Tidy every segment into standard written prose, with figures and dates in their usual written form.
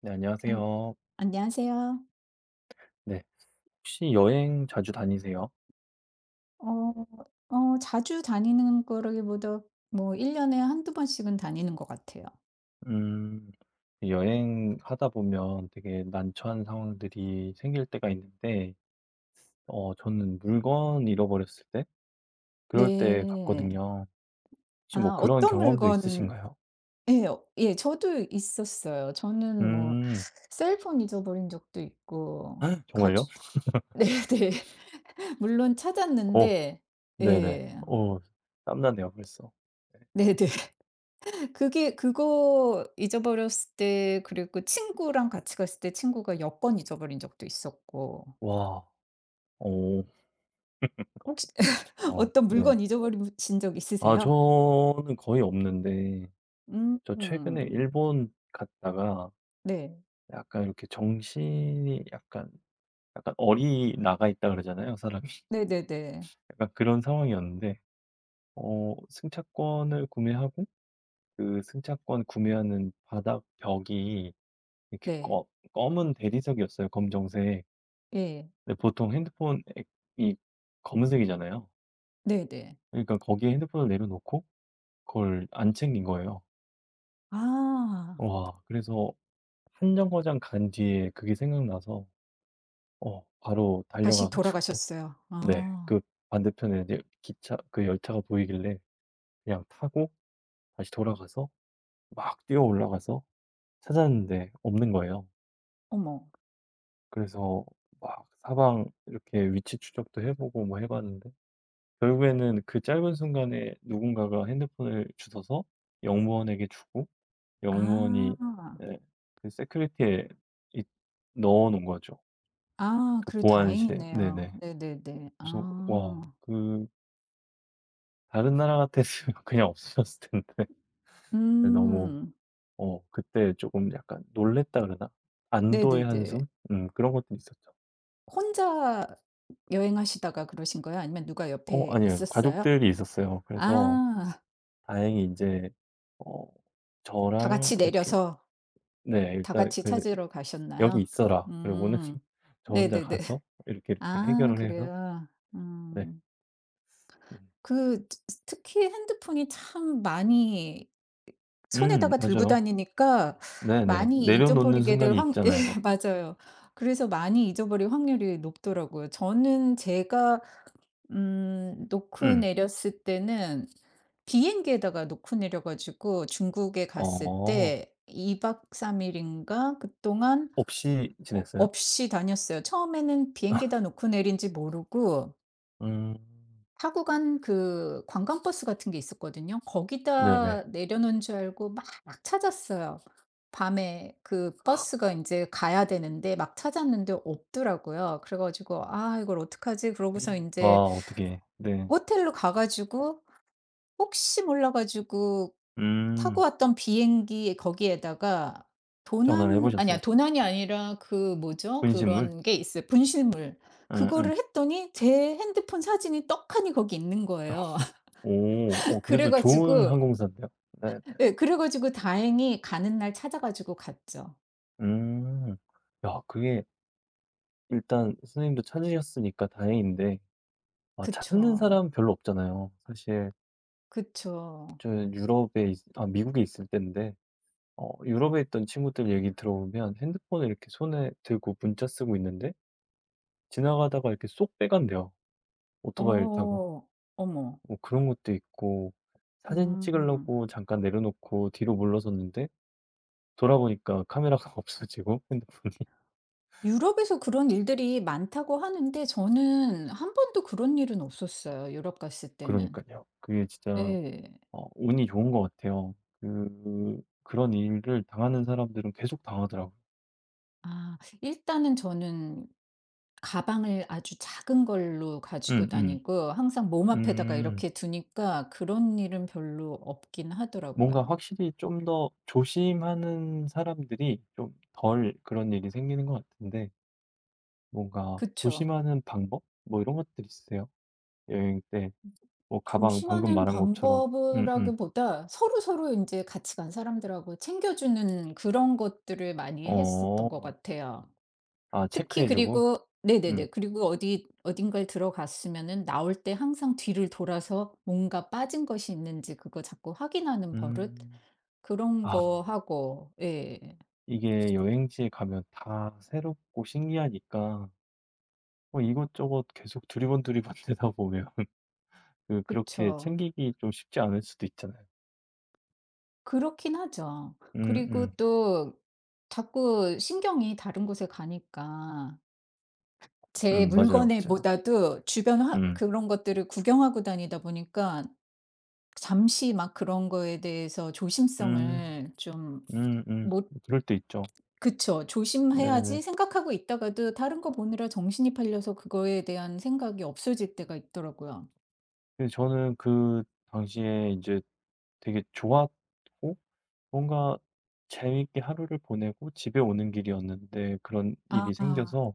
네, 안 안녕하세요. 안녕하세요. 네. 혹시 여행 자주 다니세요? 어 자주 다니는 거라기보다 뭐 1년 년에 한두 번씩은 다니는 것 같아요. 음, 여행하다 보면 되게 난처한 상황들이 생길 때가 있는데, 저는 물건 잃어버렸을 때, 그럴 때 네. 같거든요. 혹시 뭐 아 그런 어떤 경험도 물건. 있으신가요? 예. 어, 예 저도 있었어요. 저는 뭐 음. 셀폰 잊어버린 적도 있고. 정말요? 가죽 네네. 물론 어, 찾았는데. 네네. 예. 땀나네요, 벌써. 네. 네네. 그게 그거 잊어버렸을 때 그리고 친구랑 같이 갔을 때 친구가 여권 잊어버린 적도 있었고. 와, 오, 혹시 어, 어떤 네. 물건 잊어버리신 적 아, 있으세요? 저는 거의 없는데, 저 최근에 음. 일본 갔다가, 네. 약간 이렇게 정신이 약간 어리나가 있다 그러잖아요, 사람이. 네네네. 약간 그런 상황이었는데 승차권을 구매하고 그 승차권 구매하는 바닥 벽이 이렇게 네. 검 검은 대리석이었어요, 검정색. 예. 근데 보통 핸드폰이 검은색이잖아요. 네네. 그러니까 거기에 핸드폰을 내려놓고 그걸 안 챙긴 거예요. 아. 와, 그래서 한 정거장 간 뒤에 그게 생각나서 바로 다시 달려가 가지고. 돌아가셨어요. 네. 아. 그 반대편에 이제 기차 그 열차가 보이길래 그냥 타고 다시 돌아가서 막 뛰어 올라가서 찾았는데 없는 거예요. 어머. 그래서 막 사방 이렇게 위치 추적도 해 보고 뭐 해 봤는데 결국에는 그 짧은 순간에 누군가가 핸드폰을 주워서 영무원에게 주고 아. 영무원이 예 그 세큐리티에 이 넣어 놓은 거죠. 아 그 그래도 보안실에. 다행이네요. 네네. 네네네. 그래서 아. 와, 그 다른 나라 같았으면 그냥 없어졌을 텐데. 네, 너무 음. 그때 조금 약간 놀랬다 그러나? 안도의 네네네. 한숨? 그런 것들이 있었죠. 혼자 여행하시다가 그러신 거예요? 아니면 누가 옆에 아니요, 있었어요? 가족들이 있었어요. 그래서 아. 다행히 이제 어 다 저랑 같이 이렇게 내려서 네 다 일단 같이 그래서 찾으러 "여기 가셨나요? 있어라." 그리고는 음. 저 혼자 네네네. 가서 이렇게, 이렇게 아 해결을 해서. 그래요? 네. 음. 음. 그 트- 특히 핸드폰이 참 많이 손에다가 들고 맞아요. 다니니까 네네. 많이 내려놓는 잊어버리게 될 순간이 확 예 있잖아요. 맞아요. 그래서 많이 잊어버릴 확률이 높더라고요. 저는 제가 놓고 음. 내렸을 때는 비행기에다가 놓고 내려 가지고 중국에 갔을 어. 때 2박 3일 일인가 그동안 없이 어 지냈어요? 없이 다녔어요. 처음에는 비행기에다 놓고 내린지 모르고 음. 타고 간 그 관광버스 같은 게 있었거든요. 네네. 거기다 내려놓은 줄 알고 막 찾았어요. 밤에 그 버스가 인제 가야 되는데 막 찾았는데 없더라고요. 그래 가지고 '아 이걸 어떡하지?' 그러고서 인제 와, 어떡해. 네. 호텔로 가 가지고 혹시 몰라 가지고 타고 음. 왔던 비행기 거기에다가 전화를 해 보셨어요? 도난이 아니라 그 뭐죠? 분신물? 그런 게 있어요. 분실물. 응응. 그거를 했더니 제 핸드폰 사진이 떡하니 거기 있는 거예요. 오. 그래 그래도 좋은 가지고 항공사인데요. 네네. 다행히 가는 날 찾아 가지고 갔죠. 음. 야, 그게 일단 선생님도 찾으셨으니까 다행인데 아, 찾는 그쵸. 사람 별로 없잖아요. 사실 그쵸. 저는 유럽에 있 아 미국에 있을 땐데 유럽에 있던 친구들 얘기 들어보면 핸드폰을 이렇게 손에 들고 문자 쓰고 있는데 지나가다가 이렇게 쏙 빼간대요, 오토바이를 타고. 어. 어머. 뭐 그런 것도 있고 사진 음. 찍으려고 잠깐 내려놓고 뒤로 물러섰는데 돌아보니까 카메라가 없어지고 핸드폰 유럽에서 그런 일들이 많다고 하는데 저는 한 번도 그런 일은 없었어요, 유럽 갔을 때는. 그러니깐요. 그게 진짜 예. 운이 좋은 것 같아요. 그런 일을 당하는 사람들은 계속 당하더라고요. 아 일단은 저는 가방을 아주 작은 걸로 가지고 음음. 음. 다니고 항상 몸 앞에다가 음. 이렇게 두니까 그런 일은 별로 없긴 뭔가 하더라고요. 확실히 좀 더 조심하는 사람들이 좀 덜 그런 일이 생기는 것 같은데 뭔가 그쵸. 조심하는 방법? 뭐 이런 것들 있으세요? 여행 때 뭐 가방 방금 조심하는 말한 것처럼. 음음. 방법이라기보다 서로서로 인제 같이 간 사람들하고 챙겨주는 그런 것들을 많이 했었던 것 어. 같아요. 아, 특히 체크해 주고. 그리고 음. 네네네. 그리고 어디 어딘가에 들어갔으면은 나올 때 항상 뒤를 돌아서 뭔가 빠진 것이 있는지 그거 자꾸 확인하는 버릇? 음. 그런 거 아. 하고 예. 이게 여행지에 가면 다 새롭고 신기하니까 뭐 이것저것 계속 두리번두리번 되다 보면 그렇게 그쵸. 챙기기 좀 쉽지 않을 수도 있잖아요. 그렇긴 하죠. 음음. 그리고 음, 또 자꾸 신경이 다른 곳에 가니까 제 맞아요, 물건에 맞아요. 보다도 주변 화 음. 그런 것들을 구경하고 다니다 보니까 잠시 막 그런 거에 대해서 음. 조심성을 좀 음음. 못. 그럴 때 있죠. 그쵸. 네네. 조심해야지 생각하고 있다가도 다른 거 보느라 정신이 팔려서 그거에 대한 생각이 없어질 때가 있더라고요. 근데 저는 그 당시에 이제 되게 좋았고 뭔가 재밌게 하루를 보내고 집에 오는 길이었는데 그런 아. 일이 아, 생겨서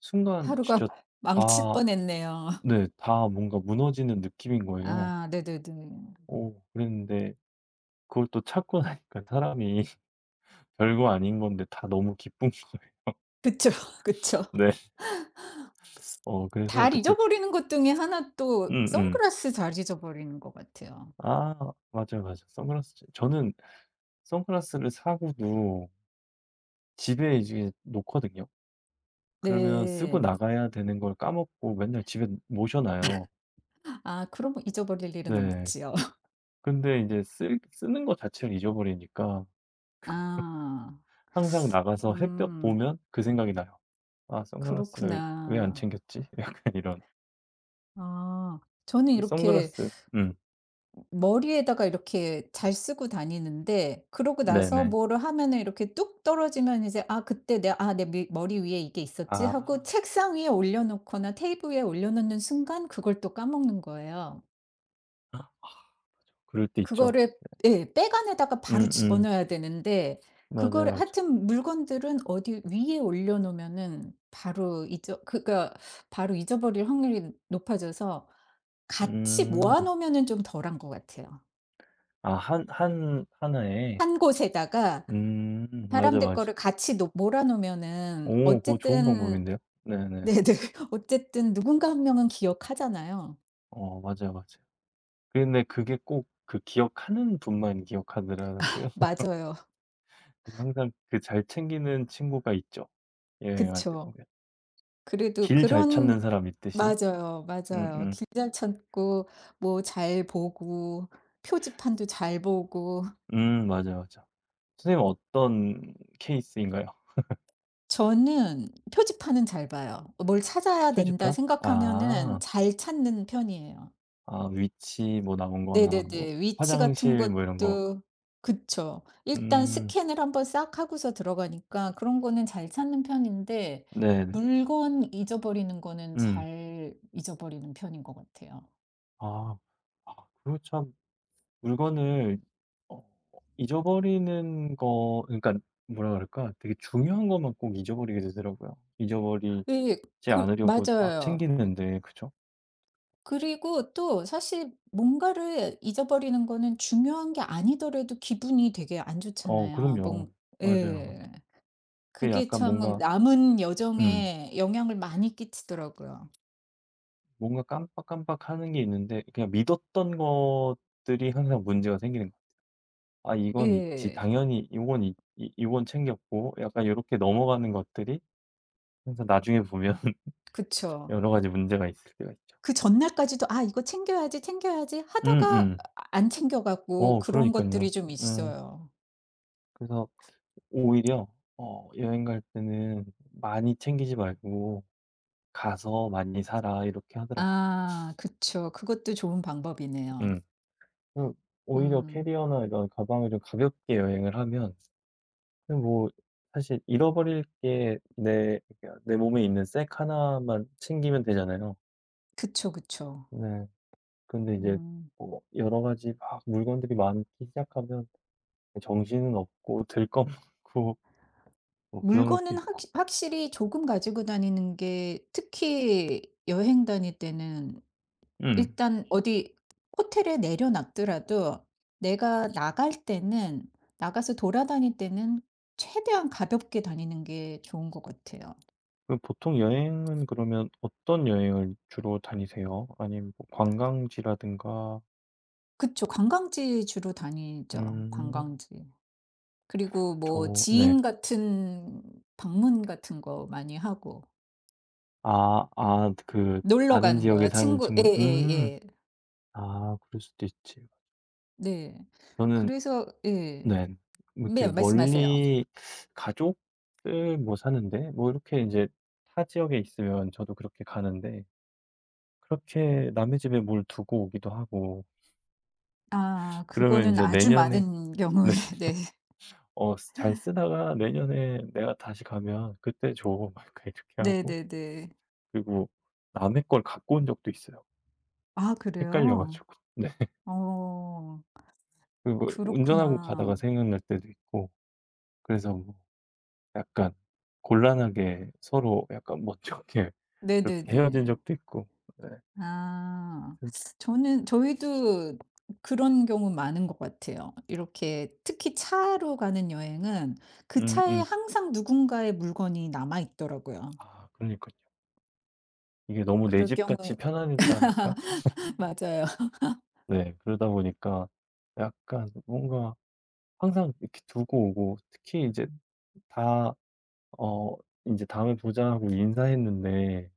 순간 하루가 진짜 망칠 다 뻔했네요. 네. 다 뭔가 무너지는 느낌인 거예요. 아 네네네. 오, 그랬는데 그걸 또 찾고 나니까 사람이 별거 아닌 건데 다 너무 기쁜 거예요. 그쵸, 그쵸. 네. 그래서 잘 그때. 잊어버리는 것 중에 하나 또 음음. 선글라스 잘 잊어버리는 것 같아요. 아, 맞아요, 맞아요. 선글라스 저는 선글라스를 사고도 집에 이제 놓거든요. 그러면 쓰고 네. 나가야 되는 걸 까먹고 맨날 집에 모셔 놔요. 아 그럼 잊어버릴 일은 네. 없지요. 근데 이제 쓰는 거 자체를 잊어버리니까 아. 항상 나가서 햇볕 음 보면 그 생각이 나요. '아 선글라스를 왜 안 그렇구나. 챙겼지?' 약간 이런. 아 저는 근데 이렇게 선글라스. 음. 머리에다가 이렇게 잘 쓰고 다니는데 그러고 나서 네네. 뭐를 하면은 이렇게 뚝 떨어지면 이제 '아 그때 내 아 내 미 머리 위에 이게 있었지.' 아. 하고 책상 위에 올려 놓거나 테이블 위에 올려 놓는 순간 그걸 또 까먹는 거예요. 그럴 때 있죠. 그거를 예 백안에다가 바로 음음. 집어넣어야 되는데 맞아요, 그거를 맞아. 하여튼 물건들은 어디 위에 올려 놓으면은 바로 잊어 그러니까 바로 잊어버릴 확률이 높아져서 같이 음. 모아 놓으면은 좀 덜한 것 같아요. 아, 한 한 하나에. 한 곳에다가 음. 맞아, 사람들 맞아. 거를 같이 놓 몰아 놓으면은 오, 그거 좋은 어쨌든 방법인데요. 네네. 네네. 어쨌든 누군가 한 명은 기억하잖아요. 맞아요, 맞아요. 근데 그게 꼭 그 기억하는 분만 기억하더라고요. 그래서 맞아요. 항상 그 잘 챙기는 친구가 있죠, 여행할 때 그쵸. 보면. 그래도 길 잘 찾는 그런 사람 있듯이. 맞아요, 맞아요. 음음. 길 잘 찾고 뭐 잘 보고 표지판도 잘 보고 음. 맞아, 맞아. 선생님은 어떤 케이스인가요? 저는 표지판은 잘 봐요. '뭘 찾아야 된다.' 표지판? 생각하면은 아. 잘 찾는 편이에요. 아, 위치 뭐 나온 거나 뭐 네네네. 위치 같은 화장실 뭐 이런 거. 것도 그쵸. 일단 음. 스캔을 한번 싹 하고서 들어가니까 그런 거는 잘 찾는 편인데 네네. 물건 잊어버리는 거는 음. 잘 잊어버리는 편인 것 같아요. 아. 아그고참 물건을 어 잊어버리는 거 그러니까 뭐라 그럴까? 되게 중요한 것만 꼭 잊어버리게 되더라고요. 잊어버리지 예. 그 않으려고 막 맞아요. 챙기는데 그죠? 그리고 또 사실 뭔가를 잊어버리는 거는 중요한 게 아니더라도 기분이 되게 안 좋잖아요. 그럼요. 뭔. 맞아요. 예. 그게 그게 약간 참 뭔가. 남은 음. 여정에 영향을 많이 끼치더라고요. 뭔가 깜빡깜빡하는 게 있는데 그냥 믿었던 것들이 항상 문제가 생기는 거예요. '아 이건 있지. 예. 당연히 이건이이건 챙겼고.' 약간 요렇게 넘어가는 것들이 항상 나중에 보면 그쵸. 여러 가지 문제가 있을 때가 있죠. 그 전날까지도 '아 이거 챙겨야지, 챙겨야지.' 하다가 음음. 안 챙겨 가고 그런 그러니깐요. 것들이 좀 음. 있어요. 그래서 오히려 여행 갈 때는 "많이 챙기지 말고 가서 많이 사라." 이렇게 하더라고요. 아 그쵸. 그것도 좋은 방법이네요. 음. 그 오히려 음. 캐리어나 이런 가방을 좀 가볍게 여행을 하면 근데 뭐 사실 잃어버릴 게 내 그러니까 내 몸에 있는 색 하나만 챙기면 되잖아요. 그쵸, 그쵸. 네. 근데 이제 음. 뭐 여러 가지 막 물건들이 많기 시작하면 정신은 없고 들것만고 뭐 그런 것도 물건은 확 있고. 확실히 조금 가지고 다니는 게 특히 여행 다닐 때는 음. 일단 어디 호텔에 내려 놨더라도 내가 나갈 때는 나가서 돌아다닐 때는 최대한 가볍게 다니는 게 좋은 것 같아요. 그럼 보통 여행은 그러면 어떤 여행을 주로 다니세요? 아니면 뭐 관광지라든가. 그쵸. 관광지 주로 다니죠, 음. 관광지. 그리고 뭐 저, 네. 지인 같은 방문 같은 거 많이 하고 아, 아, 그 놀러 다른 가는 지역에 거야. 사는 친구 예 친구. 음. 예예. 아, 그럴 수도 있지. 네. 저는 그래서 예. 네. 뭐 이렇게 네. 말씀하세요. 멀리 가족들 뭐 사는데 뭐 이렇게 이제 타 지역에 있으면 저도 그렇게 가는데 그렇게 남의 집에 뭘 두고 오기도 하고 아 그러면 이 그거는 제 아주 내년에 많은 경우에 네 네. 어 쓰 잘 쓰다가 내년에 내가 다시 가면 "그때 줘." 막 이렇게 하고 네네네. 그리고 남의 걸 갖고 온 적도 있어요, 아 헷갈려 그래요? 가지고. 네. 어 그리고 운전하고 가다가 그렇구나. 생각날 때도 있고 그래서 뭐 약간 곤란하게 서로 약간 먼저 이렇게 그렇게 헤어진 네네네. 적도 있고. 네. 아 음. 저는 저희도 그런 경우 많은 것 같아요. 이렇게 특히 차로 가는 여행은 그 차에 음음. 항상 누군가의 물건이 남아 있더라고요. 아, 그러니깐요. 이게 너무 내 그럴 집같이 경우에 편안했다 그럴까? 맞아요. 네. 그러다 보니까 약간 뭔가 항상 이렇게 두고 오고 특히 이제 다 어 인제 "다음에 보자." 하고 인사했는데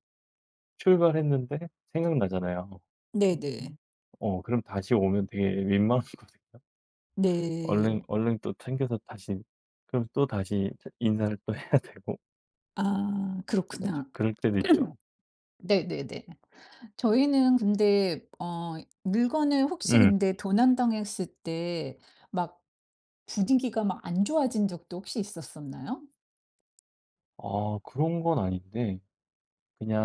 출발했는데 생각나잖아요. 네네. 그럼 다시 오면 되게 민망하거든요. 얼른 네. 얼른 또 챙겨서 다시 그럼 또다시 차 인사를 또 해야 되고. 아 좀 그렇구나. 그럴 때도 있죠. 네네네. 저희는 근데 어 물건을 혹시 음. 근데 도난당했을 때 막 분위기가 막 안 좋아진 적도 혹시 있었었나요? 아, 그런 건 아닌데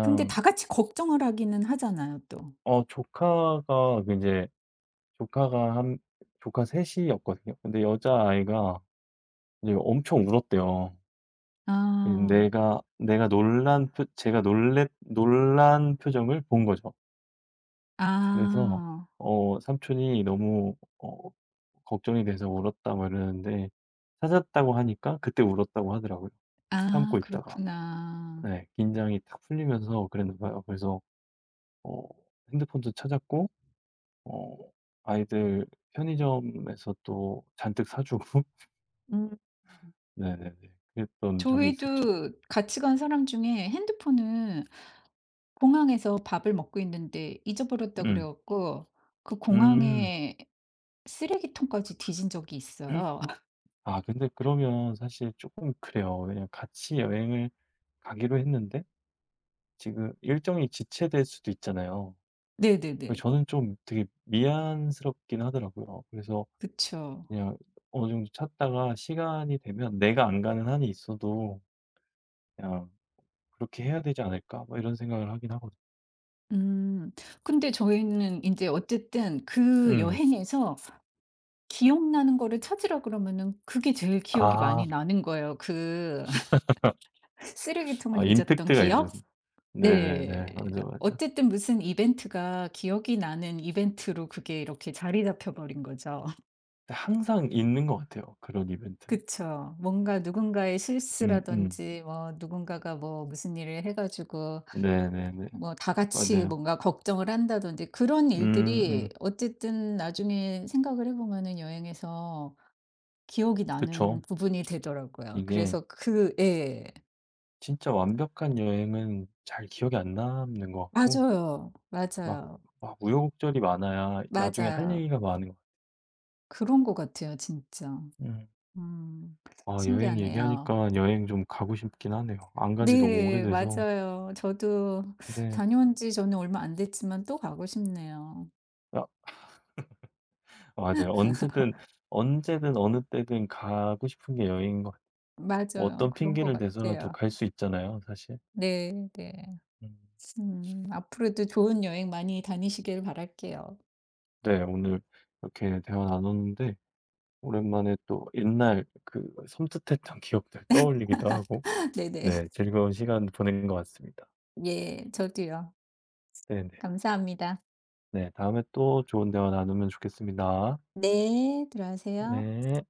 근데 다 같이 걱정을 하기는 하잖아요, 또. 조카가 그제 조카가 한 조카 셋 이었거든요. 근데 여자아이가 이제 엄청 울었대요. 이 아. 내가 내가 놀란 표 제가 놀랬 놀란 표정을 본 거죠. 그래서 아. 삼촌이 너무 걱정이 돼서 울었다 뭐 이러는데 찾았다고 하니까 그때 울었다고 하더라고요. 아 참고 있다가. 그렇구나. 네. 긴장이 탁 풀리면서 그랬나 봐요. 그래서 어 핸드폰도 찾았고 어 아이들 편의점에서 또 잔뜩 사 주고 음. 네네네. 그랬던 적이 있었죠. 저희도 같이 간 사람 중에 핸드폰을 공항에서 밥을 먹고 있는데 잊어버렸다 그래 음. 갖고 그 음. 공항에 쓰레기통까지 뒤진 적이 있어요. 아, 근데 그러면 사실 조금 그래요. 왜냐면 같이 여행을 가기로 했는데 지금 일정이 지체될 수도 있잖아요. 그래서 네네네. 저는 좀 되게 미안스럽긴 하더라고요. 그래서 그쵸. 그냥 어느 정도 찾다가 시간이 되면 '내가 안 가는 한이 있어도 그냥 그렇게 해야 되지 않을까?' 뭐 이런 생각을 하긴 하거든요. 음. 근데 저희는 이제 어쨌든 그 음. 여행에서 기억나는 거를 찾으라 그러면은 그게 제일 기억이 아. 많이 나는 거예요. 그 아, 쓰레기통을 뒤졌던 임팩트가 있어서. 기억? 네. 네네네. 맞아, 맞아. 어쨌든 무슨 이벤트가 기억이 나는 이벤트로 그게 이렇게 자리 잡혀 버린 거죠. 항상 있는 것 같아요, 그런 이벤트는. 그쵸. 뭔가 누군가의 음음. 실수라든지 뭐 누군가가 뭐 무슨 일을 해 가지고 네네네. 뭐 다 같이 맞아요. 뭔가 걱정을 한다든지 그런 일들이 음음. 어쨌든 나중에 생각을 해 보면은 여행에서 기억이 그쵸. 나는 부분이 되더라고요. 이게 그래서 그 예. 진짜 완벽한 여행은 잘 기억에 안 남는 것 같고 맞아요. 막 맞아요. 막 우여곡절이 많아야 나중에 할 맞아요. 얘기가 많은 것 같아요. 그런 것 같아요 진짜. 음. 음. 아, 여행 신기하네요. 얘기하니까 여행 좀 가고 싶긴 하네요. 안 간지 너무 네. 오래돼서. 맞아요. 저도 네. 다녀온 지 저는 얼마 안 됐지만 또 가고 싶네요. 아, 맞아요. 언제든, 언제든 어느 때든 가고 싶은 게 여행인 것. 뭐 맞아요. 어떤 그런 것 핑계를 대서라도 같아요. 갈 수 있잖아요, 사실. 네. 네. 음. 음. 앞으로도 좋은 여행 많이 다니시길 바랄게요. 네, 오늘 이렇게 대화 나눴는데 오랜만에 또 옛날 그 섬뜩했던 기억들 떠올리기도 하고 네네. 네, 즐거운 시간 보낸 것 같습니다. 예. 저도요. 네네. 감사합니다. 네, 다음에 또 좋은 대화 나누면 좋겠습니다. 네. 들어가세요. 네.